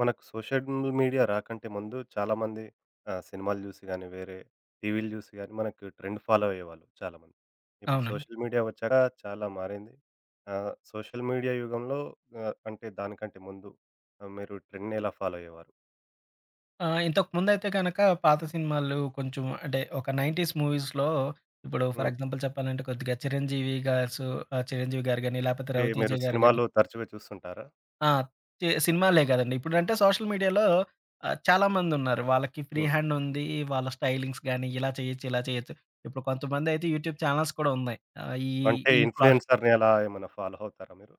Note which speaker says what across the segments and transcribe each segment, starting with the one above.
Speaker 1: మనకు social media రాకంటే ముందు చాలామంది సినిమాలు జూసి గాని, వేరే టీవీలు జూసి గాని మనకు ట్రెండ్ ఫాలో అయ్యేవాళ్ళు చాలామంది. ఇప్పుడు
Speaker 2: అవునండి.
Speaker 1: సోషల్ మీడియా వచ్చాక చాలా మారింది. సోషల్ మీడియా యుగంలో అంటే దానికంటే ముందు మీరు ట్రెండ్‌ని ఎలా ఫాలో అయ్యేవారు?
Speaker 2: ఇంతకుముందయితే గనక పాత సినిమాలు కొంచెం అంటే ఒక 90s మూవీస్‌లో ఇప్పుడు ఫర్
Speaker 1: హ్మ్.
Speaker 2: ఎగ్జాంపుల్ చెప్పాలంటే కొద్దిగా 'చిరంజీవి' 'చిరంజీవి' గారు గాని, లేపోతే
Speaker 1: అంటే
Speaker 2: 'రవితేజ'
Speaker 1: మీరు
Speaker 2: గారు గాని.
Speaker 1: సినిమాలు తరచుగా చూస్తుంటారా?
Speaker 2: ఆ! సినిమాలే గదండీ. ఇప్పుడంటే సోషల్ మీడియాలో చాలామందున్నారు. వాళ్ళకి ఫ్రీ
Speaker 1: హ్మ్.
Speaker 2: హ్యాండ్ ఉంది. వాళ్ళ స్టైలింగ్స్ గాని ఇలా చేయొచ్చు, ఇలా చేయొచ్చు. ఇప్పుడు కొంతమందయితే యూట్యూబ్ ఛానెల్స్ కూడా ఉన్నాయి. ఆహ్, ఈ
Speaker 1: అంటే
Speaker 2: ఈ క్లా
Speaker 1: ఇన్‌ఫ్లుయెన్సర్‌ని అలా ఏమన్నా ఫాలో అవుతారా మీరు?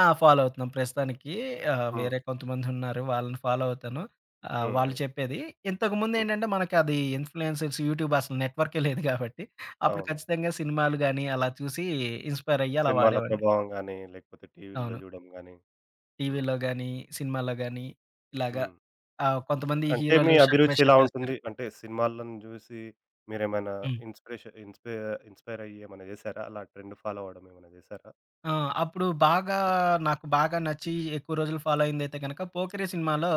Speaker 2: ఆ! ఫాలో అవుతున్నాం. ప్రస్తుతానికి
Speaker 1: హ్మ్.
Speaker 2: వేరే కొంతమందున్నారు. వాళ్ళని ఫాలో అవుతాను.
Speaker 1: హ్మ్.
Speaker 2: వాళ్ళు
Speaker 1: హ్మ్.
Speaker 2: చెప్పేది.
Speaker 1: హ్మ్.
Speaker 2: ఇంతకుముందేంటంటే, మనకది ఇన్‌ఫ్లుయెన్సర్స్, యూట్యూబ్ అసలు నెట్‌వర్కే లేదు గాబట్టి, అప్పుడు
Speaker 1: అవును.
Speaker 2: ఖచ్చితంగా సినిమాలు గాని, అలా చూసి ఇన్‌స్పైర్ అయ్యి అలా
Speaker 1: సినిమాల
Speaker 2: వాడేవాడిని.
Speaker 1: ప్రభావం గాని, లేకపోతే టీవీల్లో
Speaker 2: అవును.
Speaker 1: జూడడం గాని. హ్మ్.
Speaker 2: టీవీలో గాని, సినిమాల్లో గాని ఇలాగా
Speaker 1: హ్మ్.
Speaker 2: కొంతమంది
Speaker 1: అంటే మీ
Speaker 2: హీరోలు షర్ట్ బై
Speaker 1: అభిరుచి ఎలా
Speaker 2: షర్ట్ ఏస్తారు.
Speaker 1: ఉంటుంది? అంటే సినిమాలను జూసి మీరేమైనా
Speaker 2: హ్మ్.
Speaker 1: ఇన్‌స్పిరేషన్ ఇన్‌స్పై ఇన్‌స్పైర్ అయ్యి ఏమైనా జేశారా? అలా ట్రెండ్ ఫాలో అవ్వడం ఏమైనా జేశారా?
Speaker 2: ఆ! అప్పుడు బాగా నాకు బాగా నచ్చి ఎక్కువ రోజులు ఫాలో అయిందైతే గనక 'పోకిరి' సినిమాలో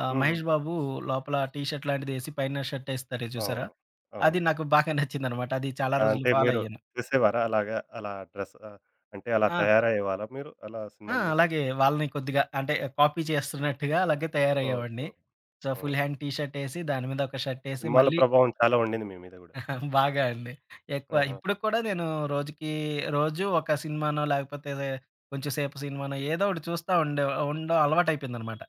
Speaker 1: హ్మ్. హ్మ్.
Speaker 2: మహేష్ బాబు లోపల టీ షర్ట్ లాంటిదేసి పైన షర్ట్ ఏస్తారు చూసారా?
Speaker 1: అవును.
Speaker 2: అది
Speaker 1: అవును.
Speaker 2: నాకు బాగా నచ్చిందనమాట. అది చాలా
Speaker 1: ఆ!
Speaker 2: రోజులు
Speaker 1: అంటే
Speaker 2: ఫాలో
Speaker 1: మీరు
Speaker 2: అయ్యాను.
Speaker 1: చేసేవారా అలాగా? అలా డ్రెస్ అంటే అలా
Speaker 2: ఆ!
Speaker 1: తయారయ్యేవాళ్ళా మీరు అలా
Speaker 2: ఆ!
Speaker 1: సినిమాను జూసి?
Speaker 2: అలాగే వాళ్ళని కొద్దిగా అంటే కాపీ చేస్తున్నట్టుగా అలాగే తయారయ్యేవాడిని.
Speaker 1: ఓహో!
Speaker 2: So,
Speaker 1: hmm.
Speaker 2: Full hand T shirt ఏసి దాని మీద ఒక షర్ట్ ఏసి
Speaker 1: సినిమాల
Speaker 2: మళ్ళీ.
Speaker 1: ప్రభావం చాలా ఉండింది మీ మీద గూడా.
Speaker 2: బాగా అండి. ఎక్కువ
Speaker 1: ఆహా!
Speaker 2: ఇప్పటికి కూడా నేను రోజుకి రోజు ఒక సినిమానో లేకపోతే కొంచెం సేపు సినిమానో ఏదో ఒకటి చూస్తా ఉండడం అలవాటయిపోయిందనమాట.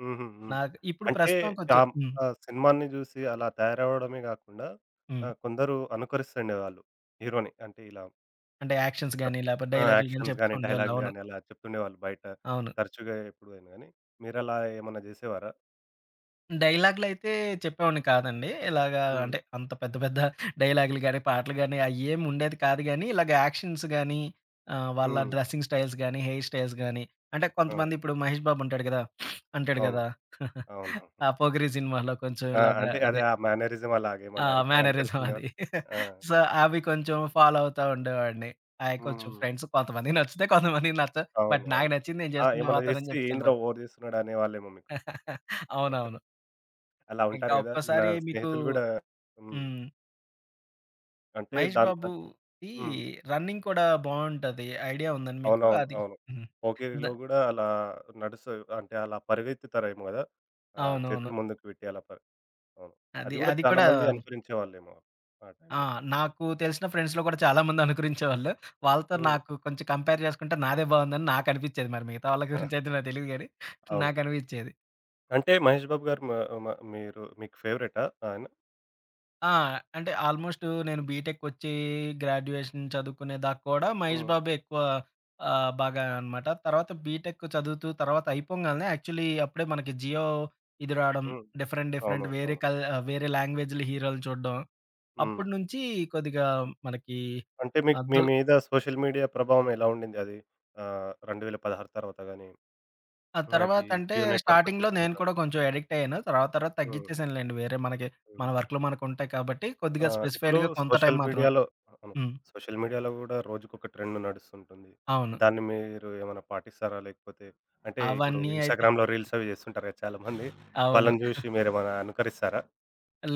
Speaker 1: హుహు. హ్మ్.
Speaker 2: నాకు ఇప్పుడు
Speaker 1: అంటే
Speaker 2: ప్రస్తుతం కొంచెం
Speaker 1: ఆహ్,
Speaker 2: హ్మ్.
Speaker 1: ఆ సినిమాని జూసి అలా తయారవ్వడమే గాకుండా
Speaker 2: హ్మ్.
Speaker 1: కొందరు అనుకరిస్తుండేవాళ్ళు హీరోని. అంటే ఇలా
Speaker 2: అంటే యాక్షన్స్ గాని, లేపోతే
Speaker 1: ఆ!
Speaker 2: డైలాగులు గాని
Speaker 1: యాక్షన్స్
Speaker 2: చెప్తూ
Speaker 1: గాని,
Speaker 2: ఉండేవాళ్ళు.
Speaker 1: డైలాగులు
Speaker 2: అవును.
Speaker 1: గాని అలా చెప్తుండేవాళ్ళు బయట
Speaker 2: అవును.
Speaker 1: తరచుగా ఎప్పుడైనా గాని. మీరలా ఏమన్నా జేసేవారా?
Speaker 2: డైలాగులైతే చెప్పేవాడిని కాదండి. ఇలాగా
Speaker 1: హ్మ్.
Speaker 2: అంటే అంత పెద్ద పెద్ద డైలాగులు గాని, పాటలు గాని అయ్యేమి ఉండేది కాదు గానీ, ఇలాగ యాక్షన్స్ గాని, వాళ్ళ
Speaker 1: హ్మ్.
Speaker 2: డ్రెస్సింగ్ స్టైల్స్ గాని, హెయిర్ స్టైల్స్ గాని, అంటే
Speaker 1: అవును.
Speaker 2: కొంతమంది ఇప్పుడు 'మహేష్ బాబు' ఉంటాడు గదా! అంటాడు
Speaker 1: అవును.
Speaker 2: గదా!
Speaker 1: అవును.
Speaker 2: ఆ 'పోకిరి' సినిమాలో కొంచెం
Speaker 1: ఆ!
Speaker 2: ఇలాగా
Speaker 1: అంటే అదే
Speaker 2: అదే.
Speaker 1: ఆ మేనరిజం
Speaker 2: ఆ!
Speaker 1: అలాగేమన్నా
Speaker 2: మేనరిజం అది.
Speaker 1: అనుకరిస్తుండేవాళ్ళు. ఆ!
Speaker 2: సో, అవి కొంచెం ఫాలో అవుతా ఉండేవాడిని. అయి కొంచెం
Speaker 1: హ్మ్.
Speaker 2: ఫ్రెండ్స్ కొంతమందికి నచ్చుతాయి, కొంతమందికి నచ్చవు.
Speaker 1: అవును.
Speaker 2: బట్ నాకు
Speaker 1: అవును.
Speaker 2: నచ్చింది నేను
Speaker 1: ఆ!
Speaker 2: చేసుకుంటూ
Speaker 1: ఏమన్నా
Speaker 2: పోతానని
Speaker 1: జేస్తే
Speaker 2: చెప్పేసి
Speaker 1: ఏందిరా
Speaker 2: వెళ్ళిపోతా.
Speaker 1: ఓవర్ జేస్తున్నాడు అనేవాళ్ళేమో మీకు?
Speaker 2: అవునవును.
Speaker 1: అలా
Speaker 2: ఇంకా
Speaker 1: ఉంటారు గదా! మన
Speaker 2: ఒక్కసారి మీకు.
Speaker 1: స్నేహితులు గూడా హ్మ్.
Speaker 2: హ్మ్.
Speaker 1: అంటే
Speaker 2: 'మహేష్
Speaker 1: దాన్ అన్
Speaker 2: బాబుది'
Speaker 1: హ్మ్.
Speaker 2: రన్నింగ్ కూడా బావుంటది. ఐడియా ఉందండి మీకు?
Speaker 1: అవునవును.
Speaker 2: అది
Speaker 1: అవును.
Speaker 2: హ్మ్. ద
Speaker 1: పోకిరిలో గూడా అలా నడుస్తది. అంటే అలా పరిగెత్తుతారేమో గదా! ఆ!
Speaker 2: అవునవును.
Speaker 1: చేతులు ముందుకు పెట్టి అలా ప అవును.
Speaker 2: అది
Speaker 1: అది గూడా
Speaker 2: అది
Speaker 1: చాలా
Speaker 2: కూడా.
Speaker 1: మంది అనుకరించేవాళ్ళేమో ఆ
Speaker 2: ఆ!
Speaker 1: టైంలో.
Speaker 2: నాకు తెలిసిన ఫ్రెండ్స్‌లో కూడా చాలామంది అనుకరించేవాళ్ళు. వాళ్ళతో
Speaker 1: హ్మ్.
Speaker 2: నాకు కొంచెం కంపేర్ చేసుకుంటే నాదే బావుందని నాకనిపిచ్చేది. మరి మిగతా వాళ్ళ
Speaker 1: ఆ!
Speaker 2: గురించయితే నాకు తెలీదు గానీ,
Speaker 1: అవును.
Speaker 2: నాకనిపిచ్చేది.
Speaker 1: అంటే మహేష్ బాబు గారు మ మ మీరు మీకు ఫేవరెటా ఆయన?
Speaker 2: ఆ! అంటే ఆల్‌మోస్ట్ నేను బీటెక్‌కొచ్చి గ్రాడ్యుయేషన్ చదువుకునే దాకా కూడా 'మహేష్
Speaker 1: హ్మ్.
Speaker 2: బాబే' ఎక్కువ. బాగా అనమాట. తర్వాత బీటెక్ చదువుతూ తర్వాత అయిపోంగాల్నే యాక్చువల్లీ అప్పుడే మనకి జియో ఇది రావడం,
Speaker 1: హ్మ్.
Speaker 2: డిఫరెంట్ డిఫరెంట్
Speaker 1: అవును. అవును.
Speaker 2: వేరే లాంగ్వేజ్‌ల హీరోలు చూడడం.
Speaker 1: హ్మ్.
Speaker 2: అప్పటి నుంచి కొద్దిగా మనకి
Speaker 1: అంటే మీకు
Speaker 2: ఆహ్,
Speaker 1: మీ
Speaker 2: దుల్
Speaker 1: మీద సోషల్ మీడియా ప్రభావం ఎలా ఉండింది అది? 2016 తర్వాత గాని,
Speaker 2: ఆ
Speaker 1: మనకి
Speaker 2: తర్వాతంటే
Speaker 1: జియో నెట్‌వర్క్ వచ్చిన
Speaker 2: స్టార్టింగ్‌లో నేను
Speaker 1: తర్వాత?
Speaker 2: కూడా కొంచెం అడిక్ట్ అయ్యాను. తర్వాత తర్వాత
Speaker 1: హ్మ్.
Speaker 2: తగ్గించేసానులెండి. వేరే మనకి మన
Speaker 1: హ్మ్.
Speaker 2: వర్క్‌లు మనకుంటాయి కాబట్టి
Speaker 1: ఆ!
Speaker 2: కొద్దిగా
Speaker 1: ఇప్పుడు
Speaker 2: స్పెసిఫై‌డ్‌గా కొంత టైం
Speaker 1: సోషల్
Speaker 2: మాత్రమే.
Speaker 1: మీడియాలో అవును.
Speaker 2: హ్మ్.
Speaker 1: సోషల్ మీడియాలో గూడా రోజుకొక ట్రెండ్ నడుస్తుంటుంది.
Speaker 2: అవును.
Speaker 1: దాన్ని మీరు ఏమైనా పాటిస్తారా? లేకపోతే అంటే ఇప్పుడు
Speaker 2: అవన్నీ అయితే
Speaker 1: ఇన్‌స్టాగ్రామ్‌లో రీల్స్ అవి చేస్తుంటారు కదా! చాలా మంది.
Speaker 2: అవును.
Speaker 1: వాళ్ళని చూసి మీరేమైనా అనుకరిస్తారా?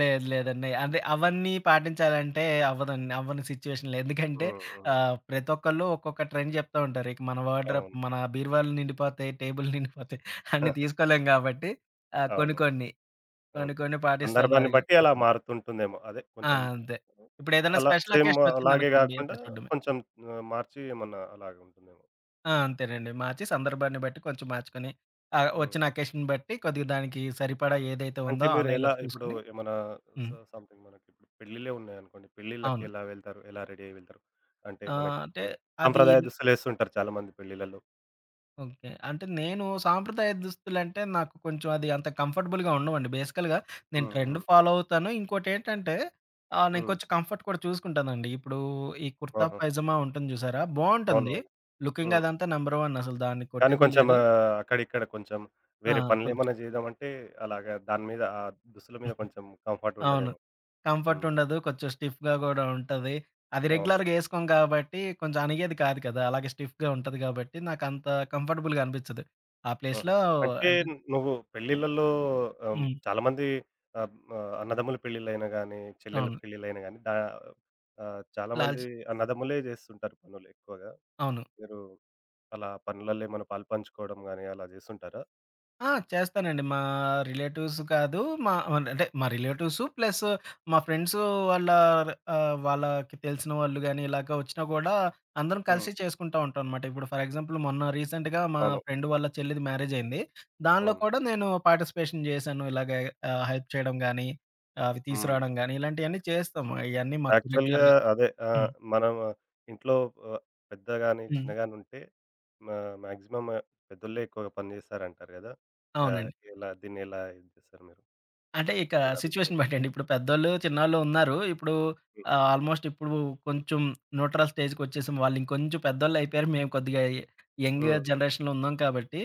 Speaker 2: లేదు లేదండి. అదే అవన్నీ పాటించాలంటే అవ్వదండి. అవ్వని సిట్యుయేషన్‌లో ఎందుకంటే
Speaker 1: హ్మ్. హ్మ్.
Speaker 2: ప్రతి ఒక్కళ్ళు ఒక్కొక్క ట్రెండ్ చెప్తా ఉంటారు. ఇక మన వార్డ్‌రోబ్
Speaker 1: అవును.
Speaker 2: మన బీరువాలు నిండిపోతాయి, టేబుల్ నిండిపోతాయి. అన్నీ తీసుకోలేం కాబట్టి ఆహ్, కొన్ని
Speaker 1: అవును.
Speaker 2: కొన్ని,
Speaker 1: అవును.
Speaker 2: కొన్ని కొన్ని పాటిస్తాను
Speaker 1: సందర్భాన్ని
Speaker 2: అది.
Speaker 1: బట్టి అలా మారుతుంటుందేమో. అదే
Speaker 2: ఆ!
Speaker 1: కొంచెం
Speaker 2: అంతే. ఇప్పుడేదైనా
Speaker 1: అలా
Speaker 2: స్పెషల్
Speaker 1: సేమ్
Speaker 2: అకేషన్
Speaker 1: అలాగే
Speaker 2: వచ్చిందనుకోండి
Speaker 1: గాకుండా
Speaker 2: అప్పుడు చూడడమే.
Speaker 1: కొంచెం మార్చి ఏమన్నా అలాగుంటుందేమో.
Speaker 2: ఆ! అంతేనండి. మార్చి సందర్భాన్ని బట్టి కొంచెం మార్చుకొని, ఆ!
Speaker 1: హ్మ్.
Speaker 2: వచ్చిన అకేషన్‌ని బట్టి కొద్దిగా దానికి సరిపడా ఏదైతే
Speaker 1: అంటే
Speaker 2: ఉందో
Speaker 1: మీరు ఎలా
Speaker 2: ఆన్‌లైన్‌లోకి
Speaker 1: ఇప్పుడు
Speaker 2: చూసుకొని.
Speaker 1: ఏమన్నా
Speaker 2: హ్మ్.
Speaker 1: సంథింగ్ మనకిప్పుడు పెళ్ళిళ్ళే ఉన్నాయనుకోండి. పెళ్ళిళ్ళకి
Speaker 2: అవును.
Speaker 1: ఎలా వెళ్తారు? ఎలా రెడీ అయ్యి వెళ్తారు? అంటే
Speaker 2: ఆహ్, అంటే
Speaker 1: మనకిప్పుడు
Speaker 2: అది
Speaker 1: సాంప్రదాయ దుస్తులేస్తుంటారు చాలామంది పెళ్ళిళ్ళలో.
Speaker 2: ఓకే. అంటే నేను సాంప్రదాయ దుస్తులంటే నాకు కొంచెం అది అంత కంఫర్టబుల్‌గా ఉండవండి. బేసికల్‌గా నేను
Speaker 1: హ్మ్.
Speaker 2: ట్రెండ్
Speaker 1: హ్మ్.
Speaker 2: ఫాలో అవుతాను. ఇంకోటేంటంటే నేను
Speaker 1: హ్మ్.
Speaker 2: కొంచెం కంఫర్ట్ కూడా చూసుకుంటానండి. ఇప్పుడు ఈ కుర్తా
Speaker 1: ఆహా!
Speaker 2: పైజామా ఉంటుంది చూసారా? బావుంటుంది.
Speaker 1: అవునవును.
Speaker 2: లుకింగ్
Speaker 1: హ్మ్.
Speaker 2: అదంతా నంబర్ 1 అసలు దాన్ని
Speaker 1: కానీ
Speaker 2: కొట్టేది
Speaker 1: కొంచెం
Speaker 2: లేదు.
Speaker 1: అక్కడిక్కడ కొంచెం
Speaker 2: ఆ!
Speaker 1: వేరే
Speaker 2: కొంచెం.
Speaker 1: పనులేమన్నా జేద్దామంటే అలాగా దాని మీద ఆ దుస్తుల మీద కొంచెం కంఫర్ట్
Speaker 2: అవును.
Speaker 1: ఉండదేమో.
Speaker 2: కంఫర్ట్
Speaker 1: హ్మ్.
Speaker 2: ఉండదు. కొంచెం స్టిఫ్‌గా గూడా ఉంటది. అది
Speaker 1: అవును.
Speaker 2: రెగ్యులర్‌గా ఏసుకోం గాబట్టి, కొంచెం అణిగేది కాదు కదా! అలాగే స్టిఫ్‌గా ఉంటది గాబట్టి, నాకంత కంఫర్టబుల్‌గా అనిపిచ్చదు. ఆ
Speaker 1: ఆహా!
Speaker 2: ప్లేస్‌లో.
Speaker 1: అంటే
Speaker 2: అంటే.
Speaker 1: నువ్వు పెళ్ళిళ్ళలో
Speaker 2: హ్మ్.
Speaker 1: చాలామంది ఆహ్, ఆహ్, అన్నదమ్ముల పెళ్ళిళ్ళైనా గానీ, చెల్లెళ్ళ
Speaker 2: అవును.
Speaker 1: పెళ్ళిళ్ళైనా గానీ చాలామంది
Speaker 2: లాల్చి.
Speaker 1: అన్నదమ్ములే జేస్తుంటారు పనులు ఎక్కువగా.
Speaker 2: అవును.
Speaker 1: మీరు అలా పనులలో ఏమైనా పాలు పంచుకోవడం గానీ అలా జేస్తుంటారా?
Speaker 2: ఆ! చేస్తానండి. మా రిలేటివ్స్ కాదు. మా అంటే మా రిలేటివ్స్ ప్లస్ మా ఫ్రెండ్స్ వాళ్ళ వాళ్ళకి తెలిసిన వాళ్ళు గాని ఇలాగ వచ్చినా కూడా అందరం
Speaker 1: హ్మ్.
Speaker 2: కలిసి చేసుకుంటా ఉంటాం అనమాట. ఇప్పుడు ఫర్ ఎగ్జాంపుల్ మొన్న రీసెంట్‌గా మా
Speaker 1: అవును.
Speaker 2: ఫ్రెండ్ వాళ్ళ చెల్లిది మ్యారేజ్ అయింది. దానిలో
Speaker 1: అవును.
Speaker 2: కూడా నేను పార్టిసిపేషన్ చేశాను. ఇలాగ హెల్ప్ చేయడం గాని, అవి
Speaker 1: హ్మ్.
Speaker 2: తీసుకురావడం గాని ఇలాంటియన్నీ చేస్తాము. ఇయన్నీ మాకు
Speaker 1: యాక్చువల్‌గా
Speaker 2: రెగ్యులర్‌గా.
Speaker 1: అదే
Speaker 2: హ్మ్.
Speaker 1: మనం ఇంట్లో ఆహ్, పెద్ద గాని,
Speaker 2: హ్మ్.
Speaker 1: చిన్న గాని ఉంటే మా మాక్సిమం పెద్దోళ్ళే ఎక్కువగా పని జేస్తారంటారు గదా! ఆహ్,
Speaker 2: అవునండి.
Speaker 1: ఎలా దీన్ని ఎలా ఇది జేస్తారు మీరు?
Speaker 2: అంటే ఇక
Speaker 1: మీ
Speaker 2: సిట్యుయేషన్
Speaker 1: అభిప్రాయం?
Speaker 2: బట్టండి. ఇప్పుడు పెద్దోళ్ళు, చిన్నోళ్ళు ఉన్నారు. ఇప్పుడు
Speaker 1: హ్మ్. హ్మ్.
Speaker 2: ఆల్‌మోస్ట్ ఇప్పుడు కొంచెం న్యూట్రల్ స్టేజ్‌కొచ్చేసాం. వాళ్ళు ఇంకొంచెం పెద్దోళ్ళయిపోయారు. మేము కొద్దిగా యంగ్
Speaker 1: హ్మ్.
Speaker 2: జనరేషన్‌లో ఉన్నాం కాబట్టి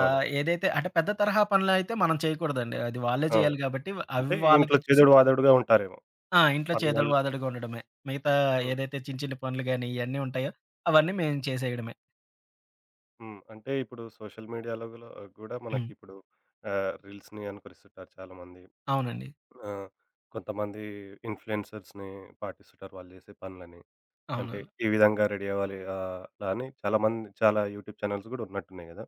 Speaker 1: అవును.
Speaker 2: ఏదైతే అంటే పెద్ద తరహా పనులయితే మనం చేయకూడదండి. అది వాళ్ళే
Speaker 1: ఆ!
Speaker 2: చేయాలి కాబట్టి అవి
Speaker 1: అంటే ఇంట్లో
Speaker 2: వాళ్ళకిచ్చేసి.
Speaker 1: చేదోడు వాదోడుగా ఉంటారేమో
Speaker 2: ఆ! ఇంట్లో చేదోడు
Speaker 1: పనులల్లో.
Speaker 2: వాదోడుగా ఉండడమే. మిగతా
Speaker 1: హ్మ్.
Speaker 2: ఏదైతే చిన్న చిన్న పనులు గాని ఇయన్నీ ఉంటాయో అవన్నీ మేము చేసేయడమే.
Speaker 1: హ్మ్. అంటే ఇప్పుడు సోషల్ మీడియాలో గూడా
Speaker 2: హ్మ్.
Speaker 1: మనకిప్పుడు రీల్స్‌ని అనుకరిస్తుంటారు చాలామంది.
Speaker 2: అవునండి.
Speaker 1: ఆ! కొంతమంది ఇన్‌ఫ్లూయెన్సర్స్‌ని పాటిస్తుంటారు వాళ్ళు జేసే పనులని. అంటే
Speaker 2: అవును.
Speaker 1: ఈ విధంగా రెడీ అవ్వాలి అలా అని చాలామంది చాలా యూట్యూబ్ ఛానెల్స్ గూడా ఉన్నట్టున్నాయి గదా!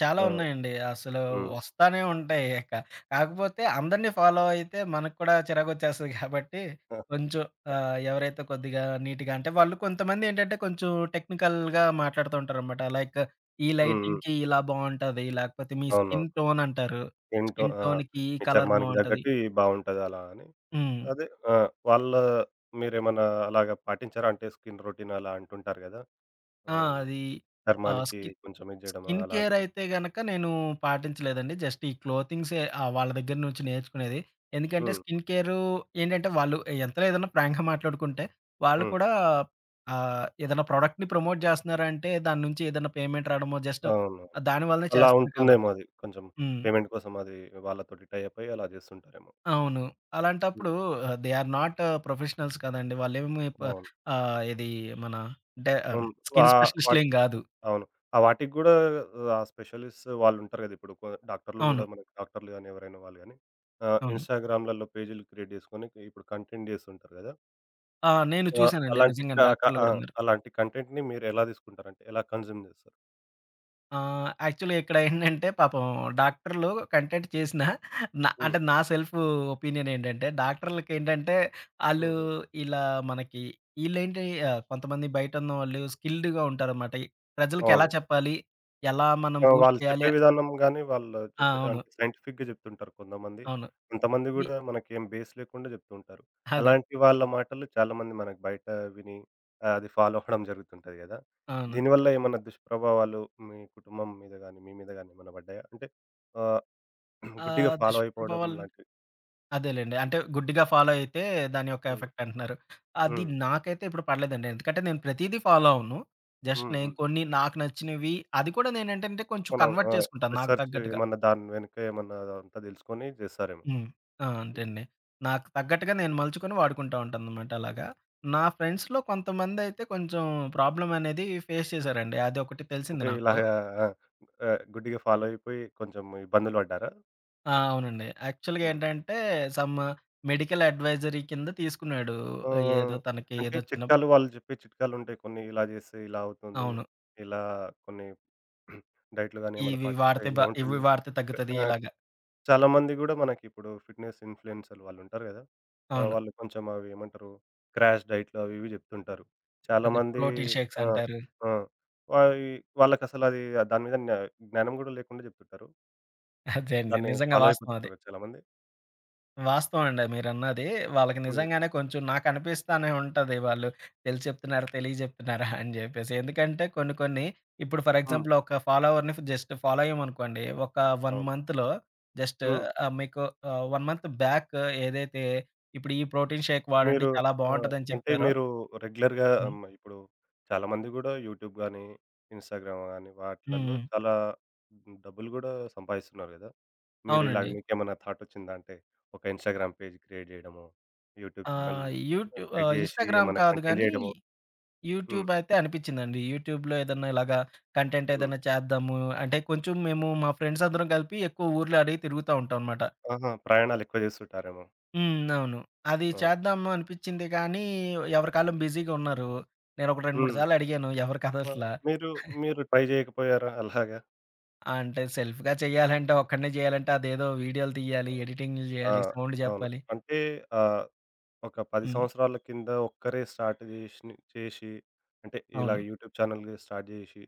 Speaker 2: చాలా
Speaker 1: ఆ!
Speaker 2: ఉన్నాయండి. అసలు
Speaker 1: హ్మ్.
Speaker 2: వస్తానే ఉంటాయి ఇక. కాకపోతే అందరిని ఫాలో అయితే మనకు కూడా చిరాకొచ్చేస్తది కాబట్టి
Speaker 1: ఆ!
Speaker 2: కొంచెం ఎవరైతే కొద్దిగా నీట్‌గా అంటే వాళ్ళు కొంతమందేంటంటే కొంచెం టెక్నికల్‌గా మాట్లాడుతూ ఉంటారనమాట. లైక్ ఈ
Speaker 1: హ్మ్. హ్మ్.
Speaker 2: లైటింగ్‌కి ఇలా బావుంటది. లేకపోతే మీ
Speaker 1: అవునవును.
Speaker 2: స్కిన్ టోన్ అంటారు.
Speaker 1: ఏంటో
Speaker 2: స్కిన్
Speaker 1: ఆ!
Speaker 2: టోన్‌కి ఈ
Speaker 1: మీ
Speaker 2: కలర్
Speaker 1: చర్మానికి
Speaker 2: బావుంటది.
Speaker 1: తగ్గట్టి బావుంటది అలా అని.
Speaker 2: హ్మ్.
Speaker 1: అదే ఆ! వాళ్ళ మీరేమన్నా అలాగా పాటించారా? అంటే స్కిన్ రొటీన్ అలా అంటుంటారు గదా!
Speaker 2: ఆ!
Speaker 1: హ్మ్.
Speaker 2: అది ఆహ్,
Speaker 1: చర్మానికి
Speaker 2: స్కి
Speaker 1: కొంచెం ఇది జేయడం
Speaker 2: స్కిన్
Speaker 1: అలా
Speaker 2: కేర్
Speaker 1: అంటుంటారు.
Speaker 2: అయితే గనక నేను పాటించలేదండి. జస్ట్ ఈ క్లోతింగ్సే వాళ్ళ దగ్గర నుంచి నేర్చుకునేది. ఎందుకంటే
Speaker 1: హ్మ్.
Speaker 2: స్కిన్ కేరు ఏంటంటే వాళ్ళు ఎంతలో ఏదన్నా ప్రాంక్‌గా మాట్లాడుకుంటే, వాళ్ళు
Speaker 1: హ్మ్.
Speaker 2: కూడా ఏదైనా ప్రొడక్ట్‌ని ప్రమోట్ చేస్తున్నారంటే దాని నుంచి ఏదైనా పేమెంట్ రావడమో జస్ట్
Speaker 1: అవునవును.
Speaker 2: దాని వల్లనే
Speaker 1: అలా
Speaker 2: చేస్తారు
Speaker 1: ఉంటుందేమో
Speaker 2: కాబట్టి.
Speaker 1: అది. కొంచెం
Speaker 2: హ్మ్.
Speaker 1: పేమెంట్ కోసం అది వాళ్ళతోటి టై అప్ అయ్యి అలా జేస్తుంటారేమో.
Speaker 2: అవును.
Speaker 1: హ్మ్.
Speaker 2: అలాంటప్పుడు దే ఆర్ నాట్ ప్రొఫెషనల్స్ కదండీ. వాళ్ళేమి ప
Speaker 1: అవును.
Speaker 2: ఆహ్, ఇది మన అంటే
Speaker 1: హ్మ్. వా
Speaker 2: స్కిన్
Speaker 1: వాటి
Speaker 2: స్పెషలిస్ట్‌లేం కాదు.
Speaker 1: అవును. ఆ వాటికి గూడా ఆ స్పెషలిస్ట్ వాళ్ళుంటారు గదా! ఇప్పుడు డాక్టర్లు
Speaker 2: అవును.
Speaker 1: గూడా మనకి డాక్టర్లు గాని, ఎవరైనా వాళ్ళు గాని
Speaker 2: అవును.
Speaker 1: ఇన్‌స్టాగ్రామ్‌లలో పేజీలు క్రియేట్ జేసుకొని ఇప్పుడు కంటెంట్ జేస్తుంటారు గదా!
Speaker 2: ఆ! నేను
Speaker 1: ఆహ్,
Speaker 2: చూసానండి
Speaker 1: అలాంటి
Speaker 2: నిజంగా
Speaker 1: క క
Speaker 2: డాక్టర్లు
Speaker 1: ఆ!
Speaker 2: కూడా ఉన్నారు.
Speaker 1: అలాంటి కంటెంట్‌ని మీరెలా తీసుకుంటారంటే ఎలా కన్జ్యూమ్ జేస్తారు?
Speaker 2: యాక్చువల్‌గా ఇక్కడ ఏంటంటే పాపం డాక్టర్‌లు కంటెంట్ చేసినా నా
Speaker 1: హ్మ్.
Speaker 2: అంటే నా సెల్ఫ్ ఒపీనియన్ ఏంటంటే డాక్టర్‌లకేంటంటే ఆళ్ళు
Speaker 1: హ్మ్. హ్మ్.
Speaker 2: ఇలా మనకి ఈళ్ళేంటి కొంతమంది బయటున్నోళ్ళు స్కిల్డ్‌గా ఉంటారనమాట. ఈ ప్రజలకెలా
Speaker 1: అవును.
Speaker 2: చెప్పాలి? ఎలా మనం
Speaker 1: ఆ!
Speaker 2: బూస్ట్
Speaker 1: వాళ్ళు
Speaker 2: చేయాలి?
Speaker 1: చెప్పే విధానం గాని, వాళ్ళు
Speaker 2: ఆ!
Speaker 1: చెప్పే
Speaker 2: అవును.
Speaker 1: అంటే సైంటిఫిక్‌గా జెప్తుంటారు కొంతమంది.
Speaker 2: అవును.
Speaker 1: కొంతమంది
Speaker 2: వి
Speaker 1: గూడా మనకేం బేస్ లేకుండా జెప్తూ ఉంటారు.
Speaker 2: అదే.
Speaker 1: అలాంటి వాళ్ళ మాటలు చాలామంది మనకు బయట విని అది ఫాలో అవ్వడం జరుగుతుంటది గదా!
Speaker 2: అవును.
Speaker 1: దీనివల్ల ఏమన్నా దుష్ప్రభావాలు మీ కుటుంబం మీద గాని, మీ మీద గాని ఏమన్నా పడ్డాయా? అంటే ఆహ్,
Speaker 2: ఆ
Speaker 1: గుడ్డిగా ఫాలో అయిపోవడం
Speaker 2: దుష్ప్రభావాలు
Speaker 1: లాంటివి.
Speaker 2: అదేలెండి. అంటే గుడ్డిగా ఫాలో అయితే దాని యొక్క
Speaker 1: హ్మ్.
Speaker 2: ఎఫెక్ట్ అంటున్నారు. అది
Speaker 1: హ్మ్.
Speaker 2: నాకైతే ఇప్పుడు పడలేదండి. ఎందుకంటే నేను ప్రతీదీ ఫాలో అవ్వను. జస్ట్
Speaker 1: హ్మ్.
Speaker 2: నేను
Speaker 1: హ్మ్.
Speaker 2: కొన్ని నాకు నచ్చినవి అది కూడా నేనేంటంటే కొంచెం
Speaker 1: మనం ఆ!
Speaker 2: కన్వర్ట్ చేసుకుంటాను నాకు
Speaker 1: రిసర్చ్
Speaker 2: తగ్గట్టుగా.
Speaker 1: ఏమన్నా దాని వెనుక ఏమన్నా అదంతా దెలుసుకొని జేస్తారేమో.
Speaker 2: హ్మ్. ఆ! అంతే
Speaker 1: హుహు.
Speaker 2: అండి. నాకు తగ్గట్టుగా నేను మలుచుకొని వాడుకుంటా ఉంటాననమాట అలాగా. నా ఫ్రెండ్స్‌లో కొంతమందయితే కొంచెం ప్రాబ్లమ్ అనేది ఫేస్ చేశారండి. అదొకటి తెలిసింది
Speaker 1: అంటే
Speaker 2: నాకు.
Speaker 1: ఇలాగా ఆ! గుడ్డిగా ఫాలో అయిపోయి కొంచెం ఇబ్బందులు పడ్డారా?
Speaker 2: ఆ! అవునండి. యాక్చువల్‌గా
Speaker 1: హ్మ్.
Speaker 2: ఏంటంటే సమ్ మెడికల్ అడ్వైజరీ కింద తీసుకున్నాడు. ఏదో
Speaker 1: ఆహ్,
Speaker 2: తనకి
Speaker 1: అంటే
Speaker 2: ఏదో చిన్న.
Speaker 1: చిట్కాలు వాళ్ళు చెప్పే చిట్కాలుంటాయి కొన్ని. ఇలా చేస్తే ఇలా అవుతుంది.
Speaker 2: అవును.
Speaker 1: ఇలా కొన్ని డైట్‌లు గాని ఏమైనా
Speaker 2: ఇవి
Speaker 1: పాటిస్తే
Speaker 2: వాడితే బ
Speaker 1: ఇలా
Speaker 2: ఇవి
Speaker 1: ఉంటుంది.
Speaker 2: వాడితే తగ్గుతది
Speaker 1: ఆ!
Speaker 2: ఇలాగ.
Speaker 1: చాలా మంది గూడా మనకిప్పుడు ఫిట్‌నెస్ ఇన్‌ఫ్లుయెన్సర్‌లు వాళ్ళుంటారు గదా! ఆ!
Speaker 2: అవును.
Speaker 1: వాళ్ళు కొంచెం అవి ఏమంటారు? క్రాష్ డైట్‌లు అవి ఇవి జెప్తుంటారు. చాలా
Speaker 2: అదే
Speaker 1: మంది
Speaker 2: ప్రోటీన్ షేక్స్
Speaker 1: ఆ!
Speaker 2: అంటారు.
Speaker 1: ఆ! వాయి వాళ్ళకసలది దాని మీద జ్ఞానం గూడా లేకుండా జెప్తుంటారు.
Speaker 2: అదే అండి.
Speaker 1: దాన్ని
Speaker 2: నిజంగా
Speaker 1: ఫాలో
Speaker 2: వాస్తవం అది.
Speaker 1: అయిపోతుంటారు చాలా మంది.
Speaker 2: వాస్తవం అండి మీరన్నది. వాళ్ళకి
Speaker 1: హ్మ్.
Speaker 2: నిజంగానే కొంచెం నాకనిపిస్తానే ఉంటది. వాళ్ళు తెలిసి చెప్తున్నారా? తెలియక చెప్తున్నారా? అని చెప్పేసి. ఎందుకంటే కొన్ని కొన్ని ఇప్పుడు ఫర్
Speaker 1: హ్మ్.
Speaker 2: ఎగ్జాంపుల్ ఒక ఫాలోవర్‌ని జస్ట్ ఫాలో అయ్యామనుకోండి. ఒక 1
Speaker 1: అవును.
Speaker 2: మంత్‌లో జస్ట్
Speaker 1: హ్మ్.
Speaker 2: మీకు 1 మంత్ బ్యాక్ ఏదైతే ఇప్పుడు ఈ ప్రోటీన్ షేక్ వాడండి
Speaker 1: మీరు
Speaker 2: చాలా బావుంటదని
Speaker 1: అంటే
Speaker 2: చెప్తారో.
Speaker 1: మీరు రెగ్యులర్‌గా
Speaker 2: హ్మ్.
Speaker 1: హ్మ్. ఇప్పుడు చాలామంది గూడా యూట్యూబ్ గానీ, ఇన్‌స్టాగ్రామ్ గానీ
Speaker 2: హ్మ్.
Speaker 1: వాటిలల్లో
Speaker 2: హ్మ్.
Speaker 1: చాలా డబ్బులు గూడా సంపాదిస్తున్నారు గదా! మీరు ఇలాగ
Speaker 2: అవునండి.
Speaker 1: మీకేమన్నా థాట్ వచ్చిందా? అంటే ఒక ఇన్‌స్టాగ్రామ్ పేజ్ క్రియేట్ జేయడమో, యూట్యూబ్ ఛానెల్ క్రియేట్ జేసి
Speaker 2: ఇన్‌స్టాగ్రామ్
Speaker 1: ఏమన్నా
Speaker 2: కాదు
Speaker 1: కంటెంట్
Speaker 2: గానీ,
Speaker 1: జేయడమో. హ్మ్.
Speaker 2: యూట్యూబ్ అయితే అనిపిచ్చిందండి. యూట్యూబ్‌లో ఏదన్నా ఇలాగా కంటెంట్
Speaker 1: హ్మ్.
Speaker 2: ఏదన్నా చేద్దాము. అంటే కొంచెం మేము మా ఫ్రెండ్స్ అందరం కలిపి ఎక్కువ ఊర్లు అవి తిరుగుతా ఉంటాం అనమాట.
Speaker 1: ఆహా! ప్రయాణాలు ఎక్కువ జేస్తుంటారేమో.
Speaker 2: హ్మ్. అవును. అది
Speaker 1: ఆ!
Speaker 2: చేద్దాము అనిపిచ్చింది కానీ, ఎవరి కాలం బిజీగా ఉన్నారు. నేనొక 2, 3
Speaker 1: హ్మ్.
Speaker 2: సార్లు అడిగాను ఎవరు
Speaker 1: ఆ!
Speaker 2: కదలట్ల.
Speaker 1: మీరు మీరు ట్రై జేయకపోయారా అలాగా?
Speaker 2: అంటే సెల్ఫ్‌గా చేయాలంటే, ఒక్కడినే చేయాలంటే అదేదో వీడియోలు తీయాలి, ఎడిటింగ్‌లు
Speaker 1: ఆ!
Speaker 2: చేయాలి, సౌండ్
Speaker 1: అవును.
Speaker 2: చెప్పాలి.
Speaker 1: అంటే ఆహ్ ఒక 10
Speaker 2: హ్మ్.
Speaker 1: సంవత్సరాల కింద ఒక్కరే స్టార్ట్ జేషిని చేషి, అంటే ఇలాగ
Speaker 2: అవును.
Speaker 1: యూట్యూబ్ ఛానెల్ స్టార్ట్ జేషి,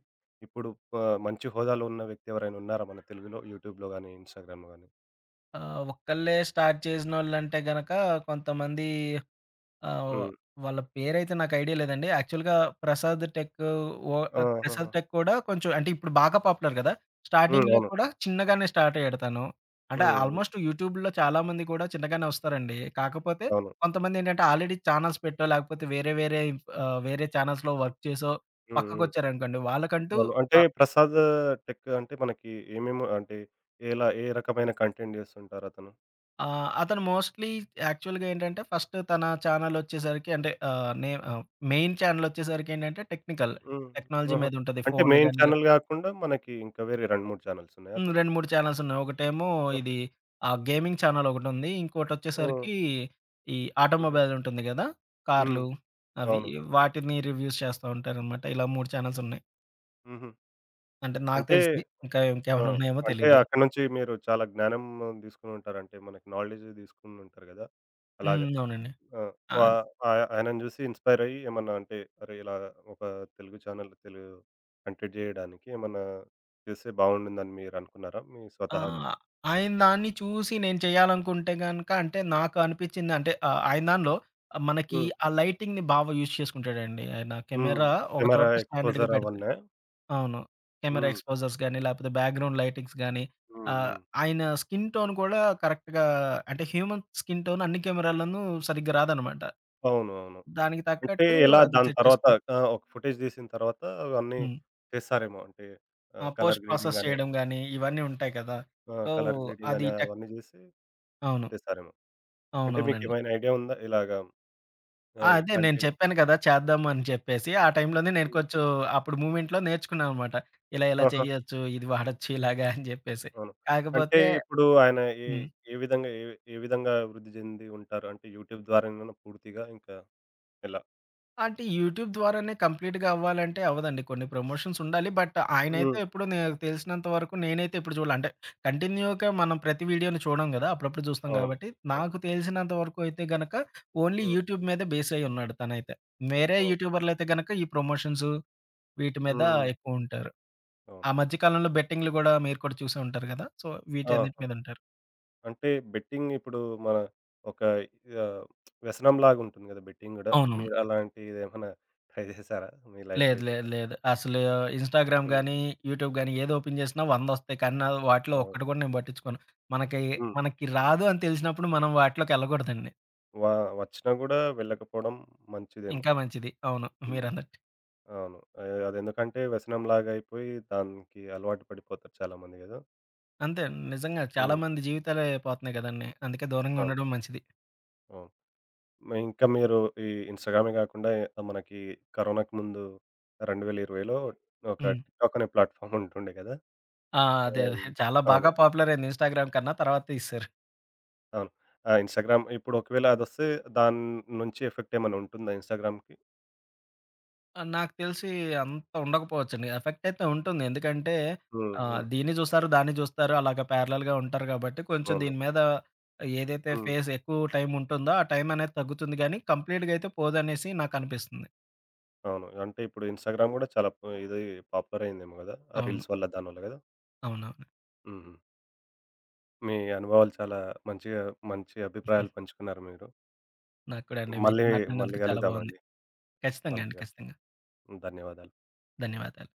Speaker 1: ఇప్పుడు మంచి హోదాలో ఉన్న వ్యక్తి ఎవరైనా ఉన్నారా మన తెలుగులో? యూట్యూబ్‌లో గాని, ఇన్‌స్టాగ్రామ్‌లో గాని?
Speaker 2: ఒక్కళ్ళే స్టార్ట్ చేసినోళ్ళంటే గనక కొంతమంది. ఆ!
Speaker 1: హ్మ్.
Speaker 2: వాళ్ళ పేరైతే నాకు ఐడియా లేదండి. యాక్చువల్‌గా 'ప్రసాద్ టెక్' ఓ 'ప్రసాద్
Speaker 1: ఆహాహా!
Speaker 2: టెక్' కూడా కొంచెం అంటే ఇప్పుడు బాగా పాపులర్ గదా!
Speaker 1: హ్మ్.
Speaker 2: స్టార్టింగ్‌లో
Speaker 1: అవును.
Speaker 2: కూడా చిన్నగానే స్టార్ట్ అయ్యాడు తను. అంటే
Speaker 1: హ్మ్. హ్మ్.
Speaker 2: ఆల్మోస్ట్ యూట్యూబ్‌లో చాలామంది కూడా చిన్నగానే వస్తారండి. కాకపోతే
Speaker 1: అవును.
Speaker 2: కొంతమందేంటంటే ఆల్రెడీ చానెల్స్ పెట్టో, లేకపోతే వేరే వేరే వేరే చానెల్స్‌లో వర్క్ చేసో
Speaker 1: హ్మ్. హ్మ్.
Speaker 2: పక్కకొచ్చారనుకోండి. వాళ్ళకంటూ.
Speaker 1: అవును. అంటే
Speaker 2: ఆ!
Speaker 1: ప్రసాద్ టెక్ అంటే మనకి ఏమేమి అంటే ఎలా ఏ రకమైన కంటెంట్ జేస్తుంటారతను?
Speaker 2: ఆ! అతను మోస్ట్‌లీ యాక్చువల్‌గా ఏంటంటే, ఫస్ట్ తన ఛానెలొచ్చేసరికి అంటే మెయిన్ ఛానెలొచ్చేసరికేంటంటే టెక్నికల్.
Speaker 1: హ్మ్.
Speaker 2: టెక్నాలజీ
Speaker 1: ఆహా!
Speaker 2: మీదుంటది.
Speaker 1: అంటే
Speaker 2: ఫోన్లు
Speaker 1: మెయిన్
Speaker 2: గాని లేప్.
Speaker 1: ఛానెల్ గాకుండా మనకి ఇంకా వేరే 2, 3 ఛానెల్స్ ఉన్నాయా
Speaker 2: హ్మ్. 2,
Speaker 1: అతనికి?
Speaker 2: 3 ఛానెల్సున్నాయి. ఒకటేమో
Speaker 1: ఆహా!
Speaker 2: ఇది ఆ గేమింగ్ ఛానెలొకటుంది.
Speaker 1: హ్మ్.
Speaker 2: ఇంకోటొచ్చేసరికి ఈ
Speaker 1: హుహు.
Speaker 2: ఆటోమొబైల్ ఉంటుంది గదా!
Speaker 1: హ్మ్.
Speaker 2: కార్లు అవి
Speaker 1: అవును.
Speaker 2: వాటిని రివ్యూస్ చేస్తా ఉంటారనమాట. ఇలా 3 ఛానెల్సున్నాయి.
Speaker 1: హుహు.
Speaker 2: అంటే నాకు
Speaker 1: అంటే
Speaker 2: తెలిసి. ఇంకా
Speaker 1: ఆ!
Speaker 2: ఇంకేమైనా ఉన్నాయేమో
Speaker 1: అంటే
Speaker 2: తెలీదు.
Speaker 1: అక్కడి నుంచి మీరు చాలా జ్ఞానం తీసుకొని ఉంటారు. అంటే మనకి నాలెడ్జ్ తీసుకొని ఉంటారు కదా! అలాగా.
Speaker 2: హ్మ్. అవునండి.
Speaker 1: ఆ!
Speaker 2: ఆ!
Speaker 1: వా ఆయనను చూసి ఇన్‌స్పైర్ అయ్యి ఏమన్నా అంటే అరే! ఇలా ఒక తెలుగు ఛానెల్ తెలుగు కంటెంట్ చేయడానికి ఏమన్నా చేస్తే బాగుండుందని మీరు అనుకున్నారా? మీ
Speaker 2: ఆ!
Speaker 1: స్వతహాగా?
Speaker 2: ఆయన దాన్ని చూసి నేను చేయాలనుకుంటే గనక అంటే నాకు అనిపించింది అంటే ఆయన దానిలో మనకి
Speaker 1: హ్మ్.
Speaker 2: ఆ లైటింగ్‌ని బాగా యూజ్ చేసుకుంటాడండి. ఆయన
Speaker 1: హ్మ్.
Speaker 2: కెమెరా ఒక
Speaker 1: కెమెరా
Speaker 2: చోట స్టాండర్డ్‌గా
Speaker 1: ఎక్స్‌పోజర్
Speaker 2: పెడతారు.
Speaker 1: అవన్నా?
Speaker 2: అవును. కెమెరా
Speaker 1: హ్మ్.
Speaker 2: ఎక్స్‌పోజర్స్ గాని, లేకపోతే బ్యాక్‌గ్రౌండ్ లైటింగ్స్ గాని,
Speaker 1: హ్మ్.
Speaker 2: ఆహ్,
Speaker 1: హ్మ్.
Speaker 2: ఆయన స్కిన్ టోన్ కూడా కరెక్ట్‌గా అంటే హ్యూమన్ స్కిన్ టోన్ అన్ని కెమెరాల్లోనూ సరిగ్గా రాదనమాట.
Speaker 1: అవును. అవును.
Speaker 2: దానికి
Speaker 1: అంటే
Speaker 2: తగ్గట్టు
Speaker 1: ఎలా
Speaker 2: అది
Speaker 1: దాని
Speaker 2: సెట్
Speaker 1: తర్వాత
Speaker 2: చేసుకుని.
Speaker 1: ఆ! ఒక ఫుటేజ్ తీసిన తర్వాత అవన్నీ
Speaker 2: హ్మ్.
Speaker 1: చేస్తారేమో. అంటే
Speaker 2: ఆ! పోస్ట్
Speaker 1: కలర్
Speaker 2: ప్రాసెస్
Speaker 1: గ్రేడింగ్ అని
Speaker 2: చేయడం గాని, ఇవన్నీ ఉంటాయి కదా!
Speaker 1: ఆ!
Speaker 2: సో,
Speaker 1: కలర్ గ్రేడింగ్
Speaker 2: అది
Speaker 1: అని
Speaker 2: టెక్.
Speaker 1: అవన్నీ జేసి
Speaker 2: అవును.
Speaker 1: చేసారేమో. అంటే
Speaker 2: అవునవునండి.
Speaker 1: మీకేమైనా ఐడియా ఉందా? ఇలాగా
Speaker 2: ఆ!
Speaker 1: ఈ
Speaker 2: అదే నేను
Speaker 1: కంటెంట్
Speaker 2: చెప్పాను కదా! చేద్దాం అని చెప్పేసి. ఆ టైంలోనే నేను
Speaker 1: హ్మ్.
Speaker 2: కొంచెం అప్పుడు మూవ్‌మెంట్‌లో నేర్చుకున్నాననమాట. ఇలా ఇలా
Speaker 1: ఆహా!
Speaker 2: చేయొచ్చు, ఇది వాడొచ్చు ఇలాగా అని చెప్పేసి.
Speaker 1: అవును. అంటే
Speaker 2: కాకపోతే.
Speaker 1: ఇప్పుడు ఆయన ఏ
Speaker 2: హ్మ్.
Speaker 1: ఏ విధంగా ఏ ఏ విధంగా వృద్ధి చెంది ఉంటారు? అంటే యూట్యూబ్ ద్వారానేనా పూర్తిగా ఇంకా ఎలా?
Speaker 2: అంటే యూట్యూబ్ ద్వారానే కంప్లీట్‌గా అవ్వాలంటే అవ్వదండి. కొన్ని ప్రమోషన్స్ ఉండాలి. బట్ ఆయనైతే
Speaker 1: హ్మ్.
Speaker 2: ఎప్పుడు నాకు తెలిసినంత వరకు నేనైతే ఎప్పుడు చూడలే. అంటే కంటిన్యూగా మనం ప్రతి వీడియోని చూడం కదా! అప్పుడప్పుడు చూస్తాం
Speaker 1: అవును.
Speaker 2: కాబట్టి.
Speaker 1: అవును.
Speaker 2: నాకు తెలిసినంత వరకు అయితే గనక ఓన్లీ
Speaker 1: హ్మ్.
Speaker 2: యూట్యూబ్ మీదే బేస్ అయ్యున్నాడు తనైతే. వేరే
Speaker 1: అవును.
Speaker 2: యూట్యూబర్‌లయితే గనక ఈ ప్రమోషన్స్ వీటి మీద
Speaker 1: హ్మ్.
Speaker 2: ఎక్కువుంటారు.
Speaker 1: అవును.
Speaker 2: ఆ మధ్య కాలంలో బెట్టింగ్‌లు గూడా మీరు కూడా చూసే ఉంటారు గదా! సో, వీటన్నిటి
Speaker 1: ఆహా!
Speaker 2: మీద ఉంటారు.
Speaker 1: అంటే బెట్టింగ్ ఇప్పుడు మన ఒక ఆహ్, వ్యసనంలాగా ఉంటుంది గదా! బెట్టింగ్ గూడా.
Speaker 2: అవునవును.
Speaker 1: మీరు అలాంటిదేమన్నా ట్రై జేసారా మీ లైఫ్‌లో
Speaker 2: లేదు. లేదు.
Speaker 1: ఇప్పటివరకు?
Speaker 2: లేదు. అసలు ఇన్‌స్టాగ్రామ్
Speaker 1: హ్మ్.
Speaker 2: గానీ, యూట్యూబ్ గానీ ఏది ఓపెన్ జేసినా 100 వస్తాయి. కానీ నా వాటిలో
Speaker 1: అవును.
Speaker 2: ఒక్కటి గూడా నేను పట్టించుకోను. మనకి
Speaker 1: హ్మ్.
Speaker 2: మనకి రాదు అని తెలిసినప్పుడు మనం వాటిలోకెళ్ళకూడదండి.
Speaker 1: వా వచ్చినా గూడా వెళ్ళకపోవడం మంచిదేమో.
Speaker 2: ఇంకా మంచిది. అవును.
Speaker 1: హ్మ్.
Speaker 2: మీరన్నట్టు.
Speaker 1: అవును. అదెందుకంటే వ్యసనంలాగా అయిపోయి దానికి అలవాటు పడిపోతారు చాలామంది గదా!
Speaker 2: అంతే అండి. నిజంగా చాలా
Speaker 1: హ్మ్.
Speaker 2: మంది జీవితాలే పోతున్నాయి గదండీ! అందుకే దూరంగా
Speaker 1: అవును.
Speaker 2: ఉండడం మంచిది.
Speaker 1: అవును. ఇంకా మీరు ఈ ఇన్‌స్టాగ్రామే గాకుండా మనకి కరోనాకి ముందు 2020లో ఒక
Speaker 2: హ్మ్.
Speaker 1: టిక్‌టాక్ అనే ప్లాట్‌ఫామ్ ఉంటుండే గదా!
Speaker 2: ఆ! అదే. అదే.
Speaker 1: అవును.
Speaker 2: చాలా బాగా
Speaker 1: అవును.
Speaker 2: పాపులర్ అయింది ఇన్‌స్టాగ్రామ్ కన్నా. తర్వాత తీసేసారు.
Speaker 1: అవును. ఆ! ఇన్‌స్టాగ్రామ్ ఇప్పుడు ఒకవేళ అదొస్తే దాని నుంచి ఎఫెక్ట్ ఏమైనా ఉంటుందా ఇన్‌స్టాగ్రామ్‌కి?
Speaker 2: ఆ! నాకు తెలిసి అంత ఉండకపోవచ్చండి. ఎఫెక్ట్ అయితే ఉంటుంది. ఎందుకంటే
Speaker 1: హ్మ్. హ్మ్.
Speaker 2: దీన్ని చూస్తారు, దాన్ని చూస్తారు. అలాగ ప్యారలెల్‌గా ఉంటారు కాబట్టి కొంచెం
Speaker 1: అవును.
Speaker 2: దీని మీద ఏదైతే
Speaker 1: హ్మ్.
Speaker 2: ఫేస్ ఎక్కువ టైం ఉంటుందో ఆ టైం అనేది తగ్గుతుంది గానీ కంప్లీట్‌గా అయితే పోదనేసి నాకనిపిస్తుంది.
Speaker 1: అవును. అంటే ఇప్పుడు ఇన్‌స్టాగ్రామ్ గూడా చాలా ఇది పాపులర్ అయిందేమో గదా! ఆ
Speaker 2: అవును.
Speaker 1: రీల్స్ వల్ల దానివల్ల గదా!
Speaker 2: అవునవును.
Speaker 1: హుహు. మీ అనుభవాలు చాలా మంచిగా మంచి అభిప్రాయాలు పంచుకున్నారు మీరు.
Speaker 2: నాకు కూడా అండి మీతో
Speaker 1: మళ్ళీ మళ్ళీ
Speaker 2: మాట్లాడినందుకు చాలా బాగుంది.
Speaker 1: గలుద్దామండి.
Speaker 2: ఖచ్చితంగా
Speaker 1: మళ్ళీ
Speaker 2: అండి. ఖచ్చితంగా.
Speaker 1: కలుద్దాం. ధన్యవాదాలు.
Speaker 2: ధన్యవాదాలు.